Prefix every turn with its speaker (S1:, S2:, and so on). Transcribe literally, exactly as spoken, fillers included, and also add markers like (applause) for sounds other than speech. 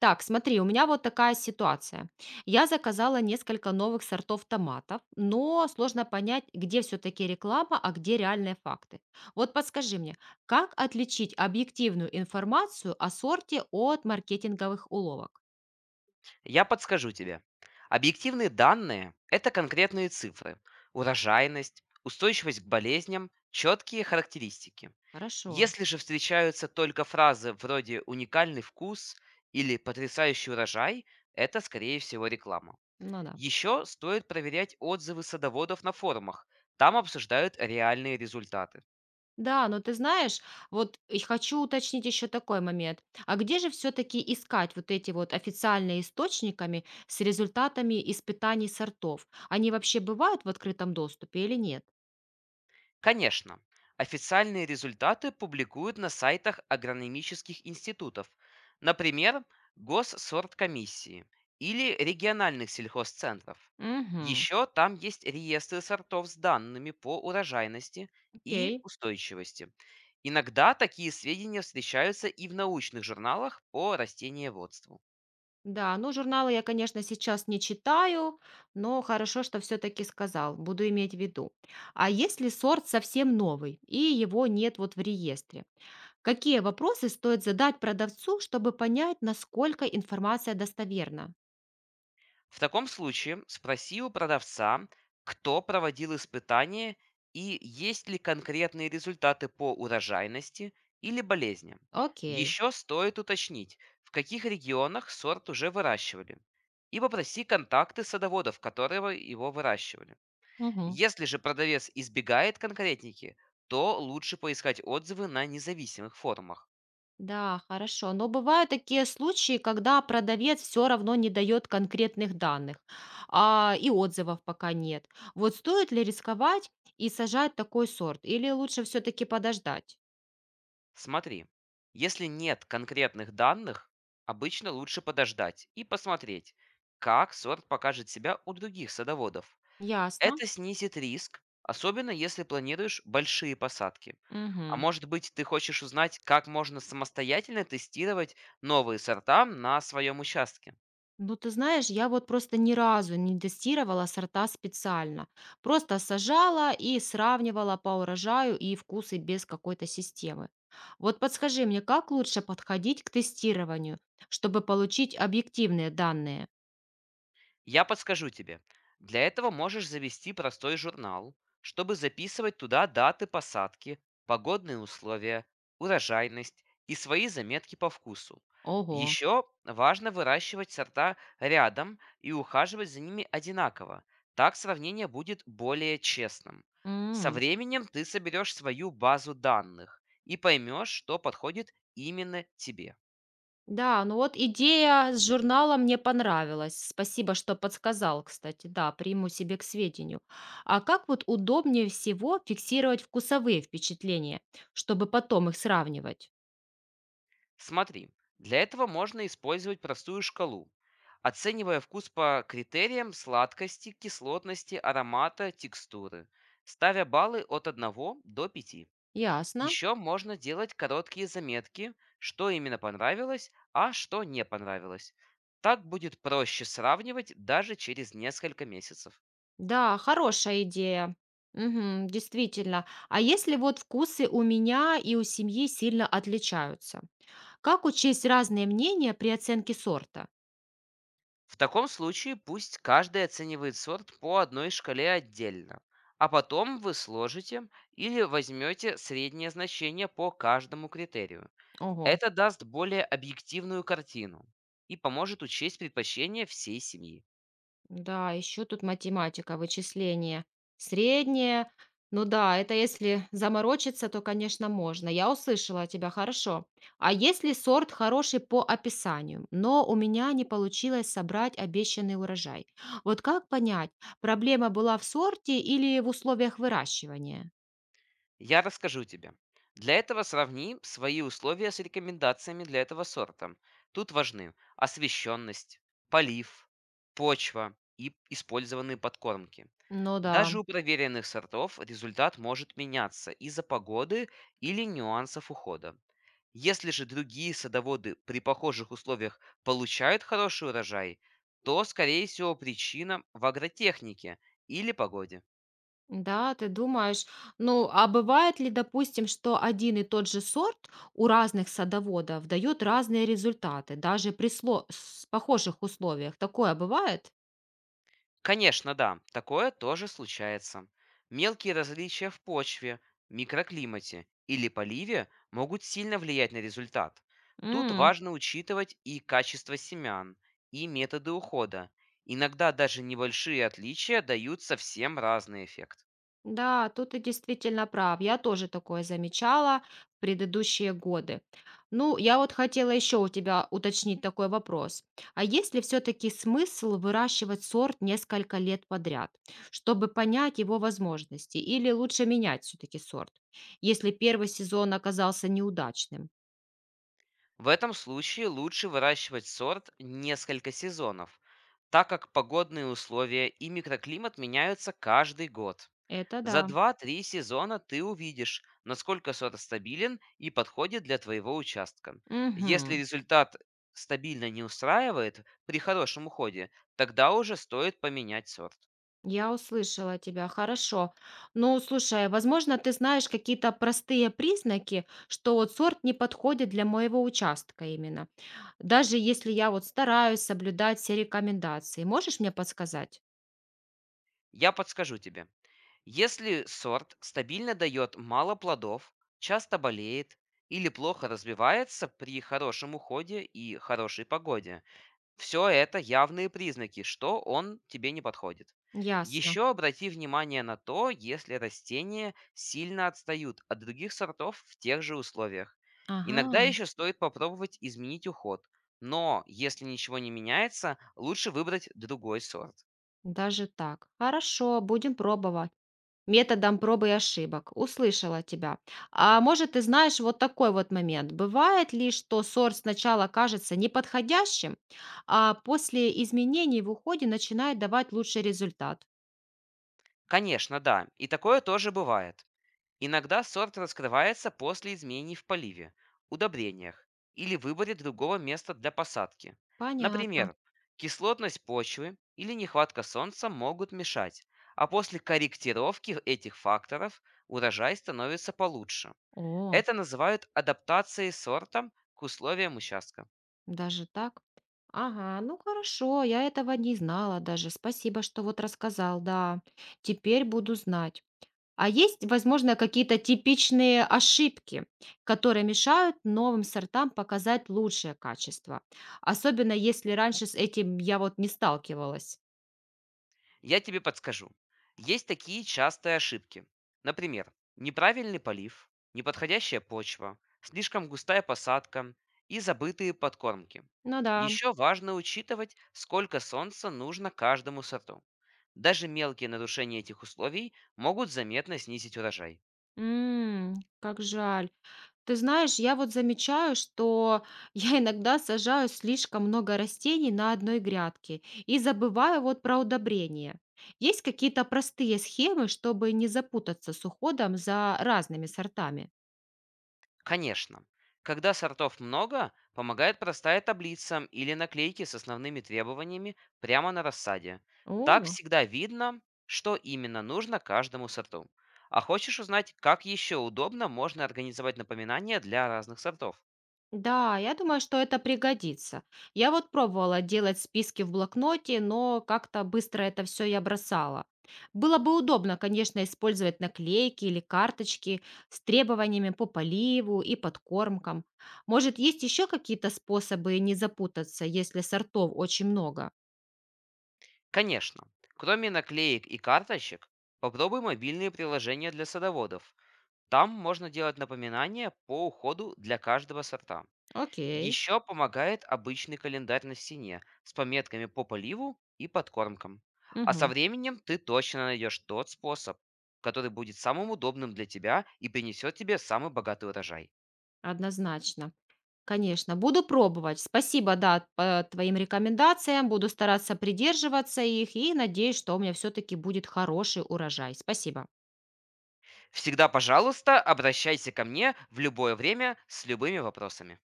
S1: Так, смотри, у меня вот такая ситуация. Я заказала несколько новых сортов томатов, но сложно понять, где все-таки реклама, а где реальные факты. Вот подскажи мне, как отличить объективную информацию о сорте от маркетинговых уловок?
S2: Я подскажу тебе. Объективные данные– это конкретные цифры. Урожайность, устойчивость к болезням, четкие характеристики.
S1: Хорошо.
S2: Если же встречаются только фразы вроде «уникальный вкус» или «потрясающий урожай», это, скорее всего, реклама.
S1: Ну да.
S2: Еще стоит проверять отзывы садоводов на форумах. Там обсуждают реальные результаты.
S1: Да, но ты знаешь, вот и хочу уточнить еще такой момент. А где же все-таки искать вот эти вот официальные источниками с результатами испытаний сортов? Они вообще бывают в открытом доступе или нет?
S2: Конечно, официальные результаты публикуют на сайтах агрономических институтов, например, госсорткомиссии или региональных сельхозцентров.
S1: Мгм.
S2: Еще там есть реестры сортов с данными по урожайности и
S1: Окей.
S2: устойчивости. Иногда такие сведения встречаются и в научных журналах по растениеводству.
S1: Да, ну журналы я, конечно, сейчас не читаю, но хорошо, что все-таки сказал, буду иметь в виду. А если сорт совсем новый и его нет вот в реестре, какие вопросы стоит задать продавцу, чтобы понять, насколько информация достоверна?
S2: В таком случае спроси у продавца, кто проводил испытания и есть ли конкретные результаты по урожайности или болезням.
S1: Окей.
S2: Еще стоит уточнить, в каких регионах сорт уже выращивали. И попроси контакты садоводов, которого его выращивали.
S1: Мгм.
S2: Если же продавец избегает конкретники, то лучше поискать отзывы на независимых форумах.
S1: Да, хорошо. Но бывают такие случаи, когда продавец все равно не дает конкретных данных, а, и отзывов пока нет. Вот стоит ли рисковать и сажать такой сорт? Или лучше все-таки подождать?
S2: Смотри, если нет конкретных данных, обычно лучше подождать и посмотреть, как сорт покажет себя у других садоводов.
S1: Ясно.
S2: Это снизит риск, особенно если планируешь большие посадки. А
S1: Мгм.
S2: может быть, ты хочешь узнать, как можно самостоятельно тестировать новые сорта на своем участке?
S1: Ну, ты знаешь, я вот просто ни разу не тестировала сорта специально. Просто сажала и сравнивала по урожаю и вкусы без какой-то системы. Вот подскажи мне, как лучше подходить к тестированию, чтобы получить объективные данные?
S2: Я подскажу тебе. Для этого можешь завести простой журнал, чтобы записывать туда даты посадки, погодные условия, урожайность и свои заметки по вкусу.
S1: Ого.
S2: Еще важно выращивать сорта рядом и ухаживать за ними одинаково. Так сравнение будет более честным. Со
S1: М.
S2: временем ты соберешь свою базу данных и поймешь, что подходит именно тебе.
S1: Да, ну вот идея с журнала мне понравилась. Спасибо, что подсказал, кстати. Да, приму себе к сведению. А как вот удобнее всего фиксировать вкусовые впечатления, чтобы потом их сравнивать?
S2: Смотри, для этого можно использовать простую шкалу, оценивая вкус по критериям сладкости, кислотности, аромата, текстуры, ставя баллы от одного до пяти.
S1: Ясно.
S2: Еще можно делать короткие заметки, что именно понравилось, а что не понравилось. Так будет проще сравнивать даже через несколько месяцев.
S1: Да, хорошая идея. Мгм, действительно. А если вот вкусы у меня и у семьи сильно отличаются? Как учесть разные мнения при оценке сорта?
S2: В таком случае пусть каждый оценивает сорт по одной шкале отдельно, а потом вы сложите или возьмете среднее значение по каждому критерию.
S1: Ого.
S2: Это даст более объективную картину и поможет учесть предпочтения всей семьи.
S1: Да, еще тут математика, вычисления. Среднее. Ну да, это если заморочиться, то, конечно, можно. Я услышала тебя хорошо. А если сорт хороший по описанию, но у меня не получилось собрать обещанный урожай? Вот как понять, проблема была в сорте или в условиях выращивания?
S2: Я расскажу тебе. Для этого сравни свои условия с рекомендациями для этого сорта. Тут важны освещенность, полив, почва и использованные подкормки.
S1: Ну да.
S2: Даже у проверенных сортов результат может меняться из-за погоды или нюансов ухода. Если же другие садоводы при похожих условиях получают хороший урожай, то, скорее всего, причина в агротехнике или погоде.
S1: Да, ты думаешь. Ну, а бывает ли, допустим, что один и тот же сорт у разных садоводов дает разные результаты, даже при сло- с похожих условиях? Такое бывает?
S2: Конечно, да, такое тоже случается. Мелкие различия в почве, микроклимате или поливе могут сильно влиять на результат. Тут важно учитывать и качество семян, и методы ухода. Иногда даже небольшие отличия дают совсем разный эффект.
S1: Да, тут ты действительно прав. Я тоже такое замечала в предыдущие годы. Ну, я вот хотела еще у тебя уточнить такой вопрос. А есть ли все-таки смысл выращивать сорт несколько лет подряд, чтобы понять его возможности? Или лучше менять все-таки сорт, если первый сезон оказался неудачным?
S2: В этом случае лучше выращивать сорт несколько сезонов, так как погодные условия и микроклимат меняются каждый год.
S1: Это да.
S2: За два-три сезона ты увидишь, насколько сорт стабилен и подходит для твоего участка. Если
S1: Мгм.
S2: результат стабильно не устраивает при хорошем уходе, тогда уже стоит поменять сорт.
S1: Я услышала тебя, хорошо. Ну, слушай, возможно, ты знаешь какие-то простые признаки, что вот сорт не подходит для моего участка именно. Даже если я вот стараюсь соблюдать все рекомендации. Можешь мне подсказать?
S2: Я подскажу тебе. Если сорт стабильно дает мало плодов, часто болеет или плохо развивается при хорошем уходе и хорошей погоде, все это явные признаки, что он тебе не подходит.
S1: Ясно.
S2: Еще обрати внимание на то, если растения сильно отстают от других сортов в тех же условиях. Иногда
S1: Ага,
S2: еще стоит попробовать изменить уход, но если ничего не меняется, лучше выбрать другой сорт.
S1: даже так. Хорошо, будем пробовать. Методом проб и ошибок. Услышала тебя. А может, ты знаешь вот такой вот момент. Бывает ли, что сорт сначала кажется неподходящим, а после изменений в уходе начинает давать лучший результат?
S2: Конечно, да, и такое тоже бывает. Иногда сорт раскрывается после изменений в поливе, удобрениях или выборе другого места для посадки.
S1: Понятно.
S2: Например, кислотность почвы или нехватка солнца могут мешать, а после корректировки этих факторов урожай становится получше.
S1: О,
S2: Это называют адаптацией сорта к условиям участка.
S1: даже так? Ага, ну хорошо, я этого не знала даже. Спасибо, что вот рассказал, да. Теперь буду знать. А есть, возможно, какие-то типичные ошибки, которые мешают новым сортам показать лучшее качество? Особенно если раньше с этим я вот не сталкивалась.
S2: Я тебе подскажу. Есть такие частые ошибки. Например, неправильный полив, неподходящая почва, слишком густая посадка и забытые подкормки.
S1: Ну да.
S2: Еще важно учитывать, сколько солнца нужно каждому сорту. Даже мелкие нарушения этих условий могут заметно снизить урожай.
S1: М, как жаль. Ты знаешь, я вот замечаю, что (laughs) я иногда сажаю слишком много растений на одной грядке и забываю вот про удобрения. Есть какие-то простые схемы, чтобы не запутаться с уходом за разными сортами?
S2: Конечно. Когда сортов много, помогает простая таблица или наклейки с основными требованиями прямо на рассаде. Так
S1: О.
S2: всегда видно, что именно нужно каждому сорту. А хочешь узнать, как еще удобно можно организовать напоминания для разных сортов?
S1: Да, я думаю, что это пригодится. Я вот пробовала делать списки в блокноте, но как-то быстро это все я бросала. Было бы удобно, конечно, использовать наклейки или карточки с требованиями по поливу и подкормкам. Может, есть еще какие-то способы не запутаться, если сортов очень много?
S2: Конечно. Кроме наклеек и карточек, попробуй мобильные приложения для садоводов. Там можно делать напоминания по уходу для каждого сорта.
S1: Окей.
S2: Еще помогает обычный календарь на стене с пометками по поливу и подкормкам. А со
S1: Мгм.
S2: временем ты точно найдешь тот способ, который будет самым удобным для тебя и принесет тебе самый богатый урожай.
S1: Однозначно. Конечно, буду пробовать. Спасибо, да, по твоим рекомендациям. Буду стараться придерживаться их и надеюсь, что у меня все-таки будет хороший урожай. Спасибо.
S2: Всегда, пожалуйста, обращайся ко мне в любое время с любыми вопросами.